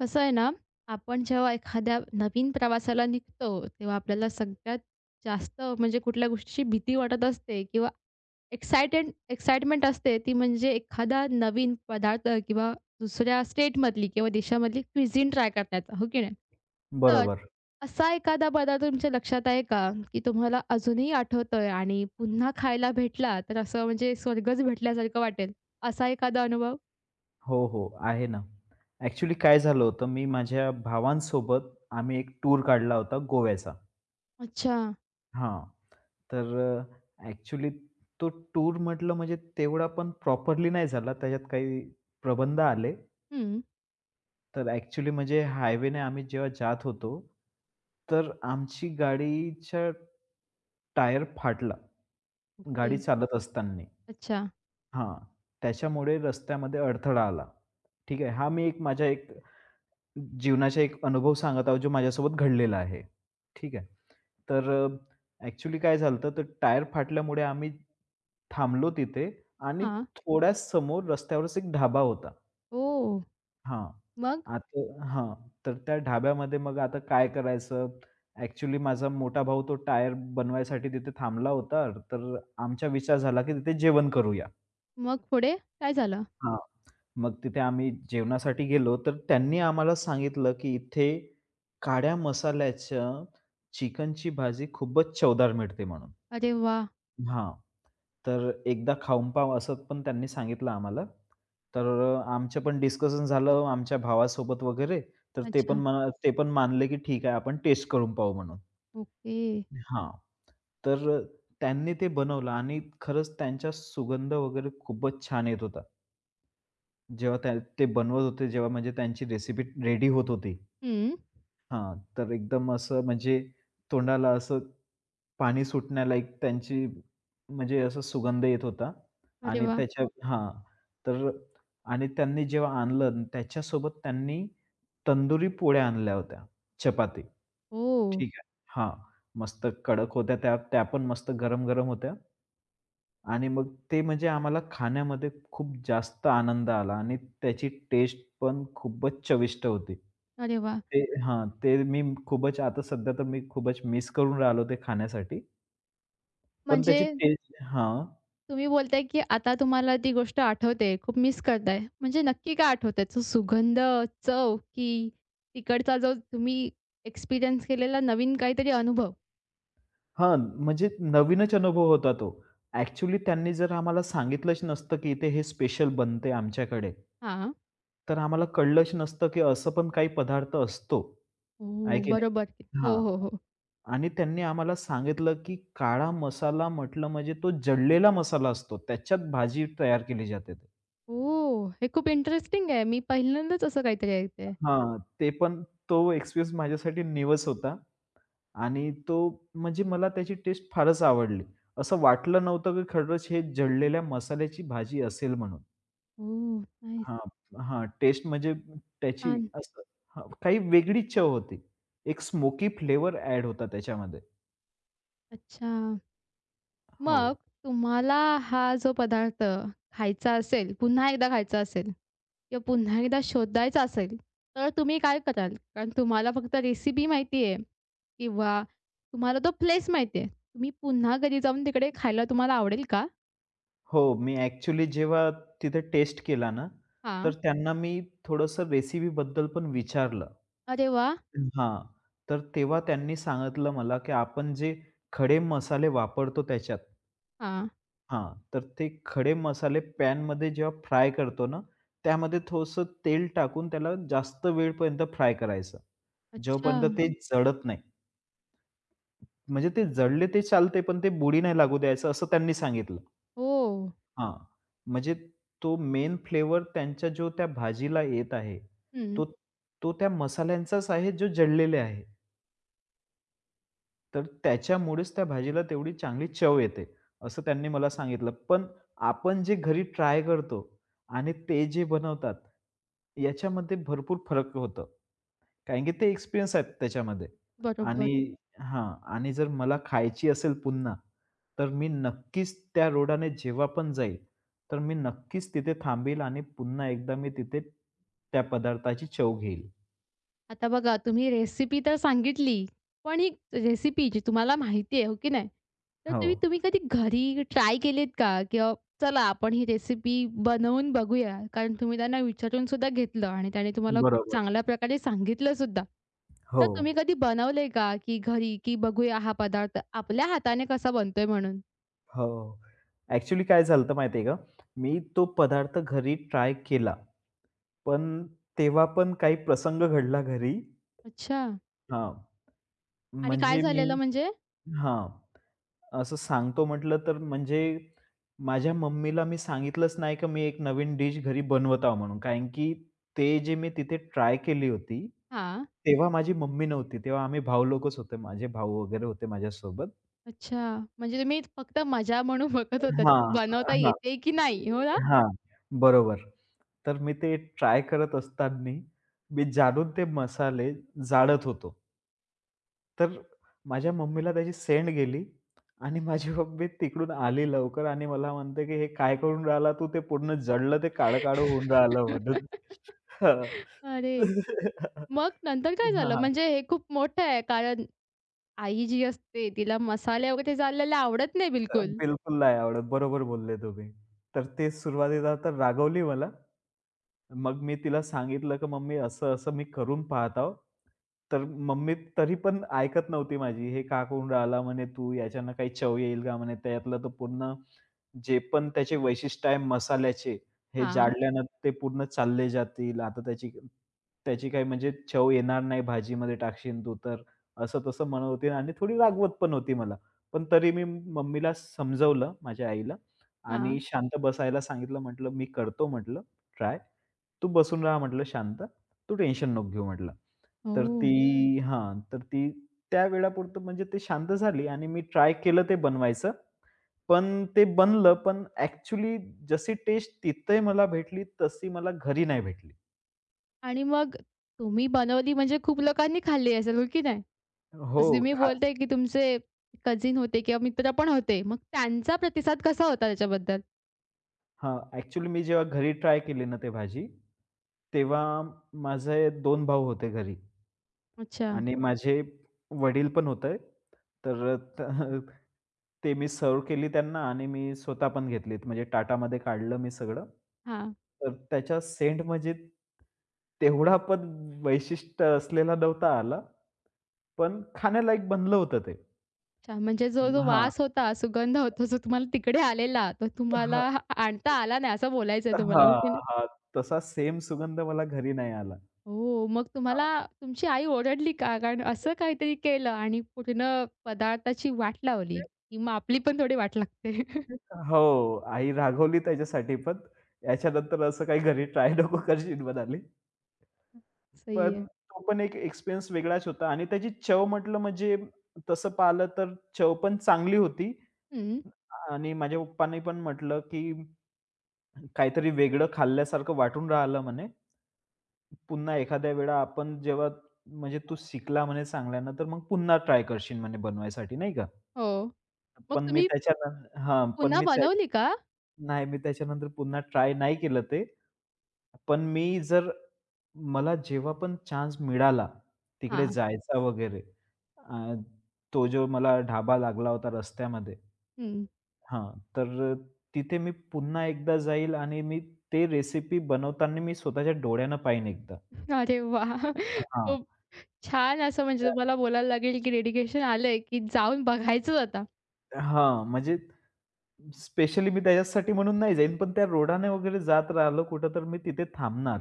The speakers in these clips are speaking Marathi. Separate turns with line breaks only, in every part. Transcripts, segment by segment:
कसं आहे ना, आपण जेव्हा एखाद्या नवीन प्रवासाला निघतो, तेव्हा आपल्याला सगळ्यात जास्त म्हणजे कुठल्या गोष्टीची भीती वाटत असते किंवा एक्सायटेड एक्साइटमेंट असते, ती म्हणजे एखादा नवीन पदार्थ किंवा दुसऱ्या स्टेटमधली किंवा देशामधली क्विझिन ट्राय करण्याचा, हो की नाही? तर
बरोबर.
असा एखादा पदार्थ तुमच्या लक्षात आहे का, की तुम्हाला अजूनही आठवतोय आणि पुन्हा खायला भेटला तर असं म्हणजे स्वर्गच भेटल्यासारखं वाटेल, असा एखादा अनुभव?
हो, हो. आहे ना. ॲक्चुअली काय झालं होतं, मी माझ्या भावांसोबत आम्ही एक टूर काढला होता गोव्याचा.
अच्छा.
हां. ॲक्चुअली तो टूर म्हटलं म्हणजे तेवढा पण प्रॉपरली नाही झाला. त्याच्यात काही प्रबंध आले.
हं.
तर ॲक्चुअली म्हणजे हायवेने आम्ही जेव्हा जात होतो, तर आमची गाडीचा टायर फाटला.
ओके.
गाडी चालत असताना.
अच्छा.
हां. त्याच्यामुळे रस्त्यामध्ये अडथळा आला. ठीक आहे. हा मी माझ्या एक जीवनाचा एक अनुभव सांगत आहोत, जो माझ्यासोबत घडलेला आहे. ठीक आहे. तर अ, काय झालं होतं, तर टायर फाटल्यामुळे आम्ही थांबलो तिथे आणि
हां.
थोड्याच समोर रस्त्यावरच एक ढाबा होता.
ओह!
हां.
मग?
आता हां. तर त्या ढाब्यामध्ये मग आता काय करायचं? ॲक्चुअली माझा मोठा भाऊ तो टायर बनवायसाठी तिथे थांबला होता. तर आमचा विचार झाला, की तिथे जेवण करूया.
मग पुढे काय झालं?
हां. मग तिथे आम्ही जेवणासाठी गेलो, तर त्यांनी आम्हाला सांगितलं, की इथे काळ्या मसाल्याच्या चिकनची भाजी खूपच चवदार मिळते म्हणून.
अरे वाह!
हां. तर एकदा खाऊन पाव असं पण त्यांनी सांगितलं आम्हाला. आमचं पण डिस्कशन झालं आमच्या भावासोबत वगैरे, तर ते पण
अच्छा.
म्हणा ते पण मानले, की ठीक आहे आपण टेस्ट करून पाहू म्हणून.
ओके.
हां. तर त्यांनी ते बनवलं आणि खरंच त्यांचा सुगंध वगैरे खूपच छान येत होता. जेव्हा त्या ते बनवत होते, जेव्हा म्हणजे त्यांची रेसिपी रेडी होत होती.
हं.
तर एकदम असं म्हणजे तोंडाला असं पाणी सुटण्यालायक त्यांची म्हणजे असा सुगंध येत होता
अरे
आणि
वाह!
त्याच्या हां, तर आणि त्यांनी जेव्हा आणलं त्याच्यासोबत त्यांनी तंदुरी पोळ्या आणल्या होत्या, चपाती.
ओह!
ठीक आहे. हां, मस्त कडक होत्या त्या, त्या पण मस्त गरम-गरम होत्या. आणि मग ते म्हणजे आम्हाला खाण्यामध्ये खूप जास्त आनंद आला आणि त्याची टेस्ट पण खूपच चविष्ट होती.
अरे वाह!
ते मी खूपच आता सध्या तर मी खूपच मिस करून राहिलो ते खाण्यासाठी. पण
म्हणजे
त्याची टेस्ट हां,
तुम्ही बोलताय, की आता तुम्हाला ती गोष्ट आठवते, खूप मिस करताय. म्हणजे नक्की काय आठवतंय? तो सुगंध, चव की तिकडचा जो तुम्ही एक्सपिरियन्स केलेला नवीन काहीतरी अनुभव?
हां, म्हणजे नवीनच अनुभव होता तो. ॲक्चुअली त्यांनी जर आम्हाला सांगितलंच नसतं, की इथे हे स्पेशल बनते आमच्याकडे,
हां.
तर आम्हाला कळलंच नसतं, की असं पण काही पदार्थ असतो.
ओह!
आहे की नाही?
बरोबर. की. हो,
हां.
हो, हो.
आणि त्यांनी आम्हाला सांगितलं, की काळा मसाला म्हटलं म्हणजे तो जळलेला मसाला असतो. त्याच्यात भाजी तयार केली जाते ते.
ओह! हे खूप इंटरेस्टिंग आहे. मी पहिल्यांदाच असं काहीतरी ऐकते.
हां, ते पण तो एक्सपिरियन्स माझ्यासाठी नवीच होता आणि तो म्हणजे मला त्याची टेस्ट फारच आवडली. असं वाटलं नव्हतं, की खरंच हे जळलेल्या मसाल्याची भाजी असेल म्हणून.
ओह! नाईस.
हां, हां, टेस्ट म्हणजे त्याची
छान.
काही वेगळीच चव होती. एक स्मोकी फ्लेवर ॲड होता त्याच्यामध्ये.
अच्छा.
हो.
मग तुम्हाला हा जो पदार्थ खायचा असेल, पुन्हा एकदा खायचा असेल किंवा पुन्हा एकदा शोधायचा असेल, तर तुम्ही काय कराल? कारण तुम्हाला फक्त रेसिपी माहिती आहे किंवा तुम्हाला तो प्लेस माहिती आहे. तुम्ही पुन्हा घरी जाऊन तिकडे खायला तुम्हाला आवडेल का?
हो, मी ॲक्चुअली जेव्हा तिथे टेस्ट केला ना,
हां.
तर त्यांना मी थोडंसं रेसिपीबद्दल पण विचारलं.
अरे वाह!
हां, तर तेव्हा त्यांनी सांगितलं मला, की आपण जे खडे मसाले वापरतो त्याच्यात
हां.
तर ते खडे मसाले पॅनमध्ये जेव्हा फ्राय करतो ना, त्यामध्ये थोडंसं तेल टाकून त्याला जास्त वेळपर्यंत फ्राय करायचं.
अच्छा.
जोपर्यंत ते जळत नाही. म्हणजे ते जळले ते चालते, पण ते बुडी नाही लागू द्यायचं असं त्यांनी सांगितलं.
हो.
हां, म्हणजे तो मेन फ्लेवर त्यांच्या जो त्या भाजीला येत आहे,
हं.
तो तो त्या मसाल्यांचाच आहे जो जळलेले आहे. तर त्याच्यामुळेच त्या भाजीला तेवढी चांगली चव येते, असं त्यांनी मला सांगितलं. पण आपण जे घरी ट्राय करतो आणि ते जे बनवतात, याच्यामध्ये भरपूर फरक होतं. कारण की ते एक्सपिरियन्स आहेत त्याच्यामध्ये
बरोबर.
आणि हं. हां. आणि जर मला खायची असेल पुन्हा, तर मी नक्कीच त्या रोडाने जेव्हा पण जाईल, तर मी नक्कीच तिथे थांबेल आणि पुन्हा एकदा मी तिथे त्या पदार्थाची चव घेईल.
आता बघा तुम्ही रेसिपी तर सांगितली, पण ही रेसिपी जी तुम्हाला माहिती आहे, हो की नाही? तर
हो.
तुम्ही तुम्ही कधी घरी ट्राय केलीत का? किंवा चला आपण ही रेसिपी बनवून बघूया. कारण तुम्ही त्यांना विचारून सुद्धा घेतलं आणि त्याने तुम्हाला खूप
बरोबर.
चांगल्या प्रकारे सांगितलं सुद्धा. तर
हो,
तुम्ही कधी बनवलंय का, की घरी की बघूया हा पदार्थ आपल्या हाताने कसा बनतोय म्हणून?
हो. ॲक्चुअली काय झालं होतं माहिती आहे का? मी तो पदार्थ घरी ट्राय केला. पण तेव्हा पण काही प्रसंग घडला घरी
अच्छा.
हां.
आणि काय
म्हणजे मी
झालेलं म्हणजे?
हां. असं सांगतो म्हटलं तर म्हणजे माझ्या मम्मीला मी सांगितलंच नाही का मी एक नवीन डिश घरी बनवत आहो म्हणून. कारण की ते जे मी तिथे ट्राय केली होती,
हां.
तेव्हा माझी मम्मी नव्हती. तेव्हा आम्ही भाऊ लोकच होते. माझे भाऊ वगैरे होते माझ्यासोबत.
अच्छा. म्हणजे तुम्ही फक्त मजा म्हणून बघत होतात,
हां,
बनवता
हां.
येते की नाही, हो ना?
हां, बरोबर. तर मी ते ट्राय करत असताना मी जाणून ते मसाले जाळत होतो. तर माझ्या मम्मीला त्याची सेंड गेली आणि माझी मम्मी तिकडून आली लवकर आणि मला म्हणते, की "हे काय करून राहिला तू? ते पूर्ण जळलं, ते काळं-काळं होऊन राहिलं" म्हणून. हां.
अरे! मग नंतर काय
हां,
झालं?
हां.
म्हणजे हे खूप मोठं आहे कारण आई जी असते तिला मसाले वगैरे चाललेले आवडत नाही बिलकुल.
बिलकुल नाही आवडत. बरोबर बोलले तुम्ही. तर ते सुरुवातीला तर रागवली मला, मग मी तिला सांगितलं, की "मम्मी असं-असं मी करून पाहत आहो." तर मम्मी तरी पण ऐकत नव्हती माझी. "हे का करून राहिला?" म्हणे, "तू याच्यानं काही चव येईल का?" म्हणे, "त्यातलं तर पूर्ण जे पण त्याचे वैशिष्ट्य आहे मसाल्याचे, हे
हां,
जाळल्यानं ते पूर्ण चालले जातील. आता त्याची त्याची काही म्हणजे चव येणार नाही भाजीमध्ये टाकशील तू तर." असं-तसं म्हणत होती आणि थोडी रागवत पण होती मला. पण तरी मी मम्मीला समजवलं, माझ्या आईला
हां.
आणि शांत बसायला सांगितलं. म्हटलं, "मी करतो," म्हटलं, "ट्राय." तू बसून राहा म्हटलं शांत. तू टेन्शन नको घेऊ म्हटलं.
ओह!
तर ती त्या वेळापुरतं म्हणजे ते शांत झाली आणि मी ट्राय केलं ते बनवायचं. पण ते बनलं, पण ॲक्चुअली जशी टेस्ट तिथे मला भेटली, तशी मला घरी नाही भेटली.
आणि मग तुम्ही बनवली म्हणजे खूप लोकांनी खाल्ली असेल, हो की नाही?
हो,
तसं तुम्ही
खा
बोलताय की तुमचे कझिन होते किंवा मित्र पण होते. मग त्यांचा प्रतिसाद कसा होता त्याच्याबद्दल?
ॲक्चुअली मी जेव्हा घरी ट्राय केली ना ते भाजी, तेव्हा माझे 2 भाऊ होते घरी.
अच्छा.
आणि माझे वडील पण होते. तर ते मी सर्व्ह केली त्यांना आणि मी स्वतः पण घेतलीत. म्हणजे ताटामध्ये काढलं मी सगळं.
हां.
तर त्याच्या सेंट म्हणजे तेवढा पण वैशिष्ट्य असलेला नव्हता आला. पण खाण्यालायक बनलं होतं ते.
अच्छा, म्हणजे जो
हां.
वास होता, सुगंध होता, जो तुम्हाला तिकडे आलेला, तो
हां.
तुम्हाला आणता आला नाही, असं बोलायचंय तुम्हाला,
हां,
हो की नाही?
हां. तसा सेम सुगंध मला घरी नाही आला.
हो, मग तुम्हाला
हां.
तुमची आई ओरडली का? कारण असं काहीतरी केलं आणि पूर्ण पदार्थाची वाट लावली, की मग आपली पण थोडी वाट लागते.
हो. आई रागवली त्याच्यासाठी पण. याच्यानंतर असं काही घरी ट्राय नको करशील म्हणाली.
सही आहे.
पण तो पण एक एक्सपिरियन्स वेगळाच होता आणि त्याची चव म्हटलं म्हणजे तसं पाहिलं तर चव पण चांगली होती
हं,
आणि माझ्या पप्पांनी पण म्हटलं, की "काहीतरी वेगळं खाल्ल्यासारखं वाटून राहिलं" म्हणे. "पुन्हा एखाद्या वेळा आपण जेव्हा म्हणजे तू शिकला म्हणे चांगल्यानं, तर मग पुन्हा ट्राय करशील" म्हणे बनवायसाठी नाही का.
हो. मग
पण मी
तुम्ही
त्याच्यानं हां, पण
पुन्हा
मी त्या
बनवली का?
नाही, मी त्याच्यानंतर पुन्हा ट्राय नाही केलं ते. पण मी जर मला जेव्हा पण चान्स मिळाला तिकडे
हां,
जायचा वगैरे अ, तो जो मला ढाबा लागला होता रस्त्यामध्ये.
हं.
हां, तर तिथे मी पुन्हा एकदा जाईल आणि मी ते रेसिपी बनवताना मी स्वतःच्या डोळ्यानं पाहीन एकदा.
अरे वाह!
हां.
खूप छान असं म्हणजे तुम्हाला बोलायला लागेल, की डेडिकेशन आलंय, की जाऊन बघायचंच आता.
हां, म्हणजे स्पेशली मी त्याच्यासाठी म्हणून नाही जाईन, पण त्या रोडाने वगैरे जात राहिलो कुठं तर मी तिथे थांबणार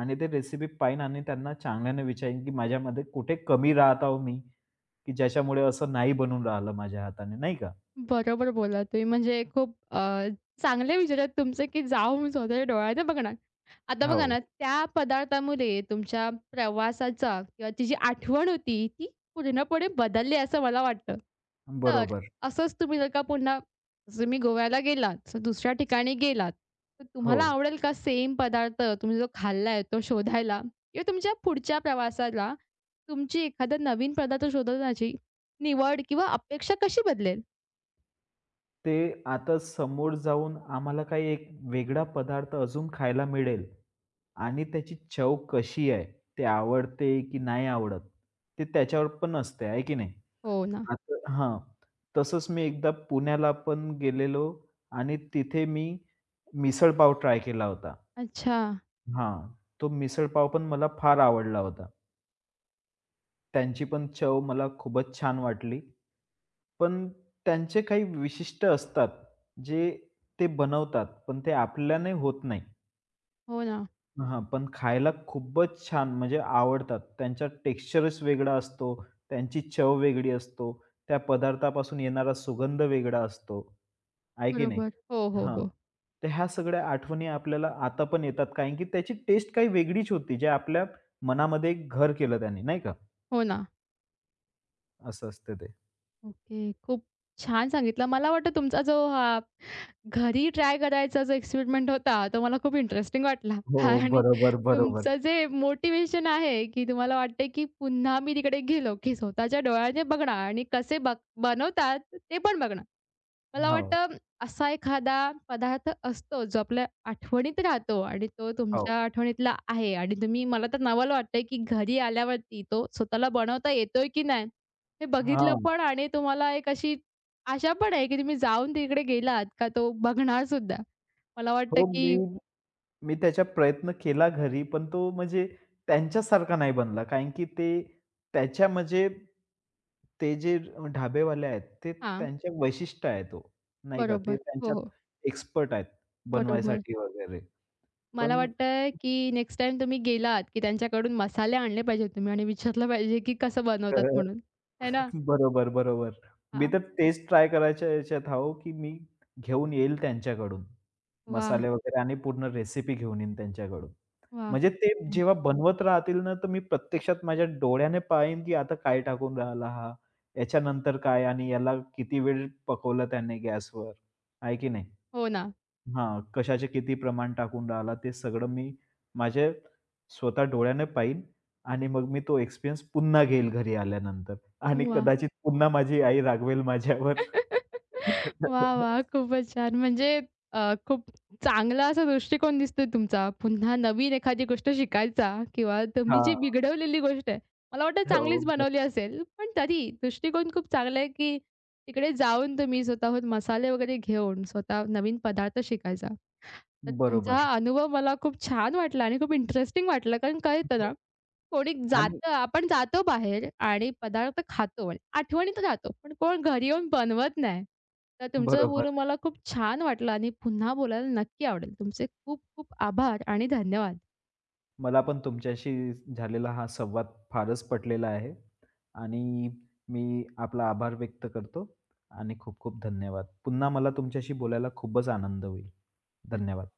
आणि ते रेसिपी पाहीन आणि त्यांना चांगल्याने विचारीन, की माझ्यामध्ये कुठे कमी राहत आहो मी, की ज्याच्यामुळे असं नाही बनून राहिलं माझ्या हाताने, नाही का?
बरोबर बोललात तुम्ही. म्हणजे खूप चांगले विचार आहेत तुमचे, की जाऊन मी स्वतःच्या डोळ्याने बघणार. आता बघा
हो.
ना, त्या पदार्थामुळे तुमच्या प्रवासाचा किंवा ती जी आठवण होती, ती पूर्णपणे बदलली असं मला वाटतं. तर
बरोबर.
असंच तुम्ही जर का पुन्हा जसं तुम्ही गोव्याला गेलात, तर दुसऱ्या ठिकाणी गेलात, तर
हो.
तुम्हाला आवडेल का सेम पदार्थ तुम्ही जो खाल्लाय तो शोधायला? किंवा तुमच्या पुढच्या प्रवासाला तुमची एखादा नवीन पदार्थ शोधण्याची निवड किंवा अपेक्षा कशी बदलेल?
ते आता समोर जाऊन आम्हाला काही एक वेगळा पदार्थ अजून खायला मिळेल आणि त्याची चव कशी आहे, ते आवडते की नाही आवडत, ते त्याच्यावर पण असते, आहे की नाही?
हो ना.
आता हां. तसंच मी एकदा पुण्याला पण गेलेलो आणि तिथे मी मिसळपाव ट्राय केला होता.
अच्छा.
हां. तो मिसळपाव पण मला फार आवडला होता. त्यांची पण चव मला खूपच छान वाटली. पण त्यांचे काही विशिष्ट असतात, जे ते बनवतात, पण ते आपल्याने होत नाही.
हो ना.
पण खायला खूपच छान म्हणजे आवडतात. त्यांचा टेक्स्चरच वेगळा असतो, त्यांची चव वेगळी असतो, त्या पदार्थापासून येणारा सुगंध वेगळा असतो. आहे की नाही?
बरोबर. हो, हो,
हां.
हो.
तर ह्या सगळ्या आठवणी आपल्याला आता पण येतात कारण की त्याची टेस्ट काही वेगळीच होती, जे आपल्या मनामध्ये एक घर केलं त्याने नाही का?
हो ना.
असं असतं ते.
ओके. खूप छान सांगितलं. मला वाटतं तुमचा जो हा घरी ट्राय करायचा जो एक्सपेरिमेंट होता, तो मला खूप इंटरेस्टिंग वाटला
हो,
आणि
बरोबर.
तुमचं जे मोटिव्हेशन आहे, की तुम्हाला वाटते की पुन्हा मी तिकडे गेलो, की स्वतःच्या डोळ्याने बघणार आणि कसे बनवतात ते पण बघणार. मला
हो,
वाटतं असा एखादा पदार्थ असतो जो आपल्या आठवणीत राहतो आणि तो
हो.
तुमच्या आठवणीतला आहे आणि तुम्ही मला तर नवाल वाटतंय की घरी आल्यावरती तो स्वतःला बनवता येतोय की नाही हे बघितलं
हां.
पण आणि तुम्हाला एक अशी आशा पण आहे की तुम्ही जाऊन तिकडे गेलात का तो बघणार सुद्धा. मला वाटतं
हो, मी
की
मी त्याचा प्रयत्न केला घरी, पण तो म्हणजे त्यांच्यासारखा नाही बनला कारण की ते त्याच्या म्हणजे ते जे ढाबेवाले आहेत, ते
हां,
त्यांच्या वैशिष्ट्य आहे तो, नाही का? ते
बरोबर. हो,
त्यांच्यात
हो.
एक्सपर्ट आहेत
बरोबर.
बनवायसाठी वगैरे.
मला
पण
वाटतं की नेक्स्ट टाईम तुम्ही गेलात की त्यांच्याकडून मसाले आणले पाहिजेत तुम्ही आणि विचारलं पाहिजे की कसं बनवतात म्हणून. है ना?
तर बरोबर. मी
हां.
तर तेच ट्राय करायच्या याच्यात आहो, की मी घेऊन येईल त्यांच्याकडून.
वाह!
मसाले वगैरे आणि पूर्ण रेसिपी घेऊन येईन त्यांच्याकडून.
वाह!
म्हणजे
खूप
ते
छान.
जेव्हा बनवत राहतील ना, तर मी प्रत्यक्षात माझ्या डोळ्याने पाहीन, की आता काय टाकून राहिला हा, याच्यानंतर काय आणि याला किती वेळ पकवलं त्याने गॅसवर, आहे की नाही?
हो ना.
कशाचे किती प्रमाण टाकून राहिला ते सगळं मी माझे स्वतः डोळ्याने पाहीन आणि मग मी तो एक्सपिरियन्स पुन्हा घेईल घरी आल्यानंतर आणि
वाह!
कदाचित पुन्हा माझी आई रागवेल माझ्यावर.
वाह, वाह! खूपच छान. म्हणजे खूप चांगला असा दृष्टिकोन दिसतोय तुमचा. पुन्हा नवीन एखादी गोष्ट शिकायचा किंवा तुम्ही जी
हां.
बिघडवलेली गोष्ट आहे, मला वाटतं
हो,
चांगलीच बनवली असेल. पण तरी दृष्टिकोन खूप चांगला आहे, की तिकडे जाऊन तुम्ही स्वतःहून मसाले वगैरे घेऊन स्वतः नवीन पदार्थ शिकायचा. तर तुमचा हा
बरोबर.
अनुभव मला खूप छान वाटला आणि खूप इंटरेस्टिंग वाटलं कारण कळतं ना
हो
कोणी
आणि
जातं आपण जातो बाहेर आणि पदार्थ खातो आणि आठवणीत राहतो. पण कोण घरी येऊन बनवत नाही. तर तुमचं
बरोबर.
बोलून मला खूप छान वाटलं आणि पुन्हा बोलायला नक्की आवडेल. तुमचे खूप खूप आभार आणि धन्यवाद.
मला पण तुमच्याशी झालेला हा संवाद फारच पटलेला आहे आणि मी आपला आभार व्यक्त करतो आणि खूप खूप धन्यवाद. पुन्हा मला तुमच्याशी बोलायला खूपच आनंद होईल. धन्यवाद.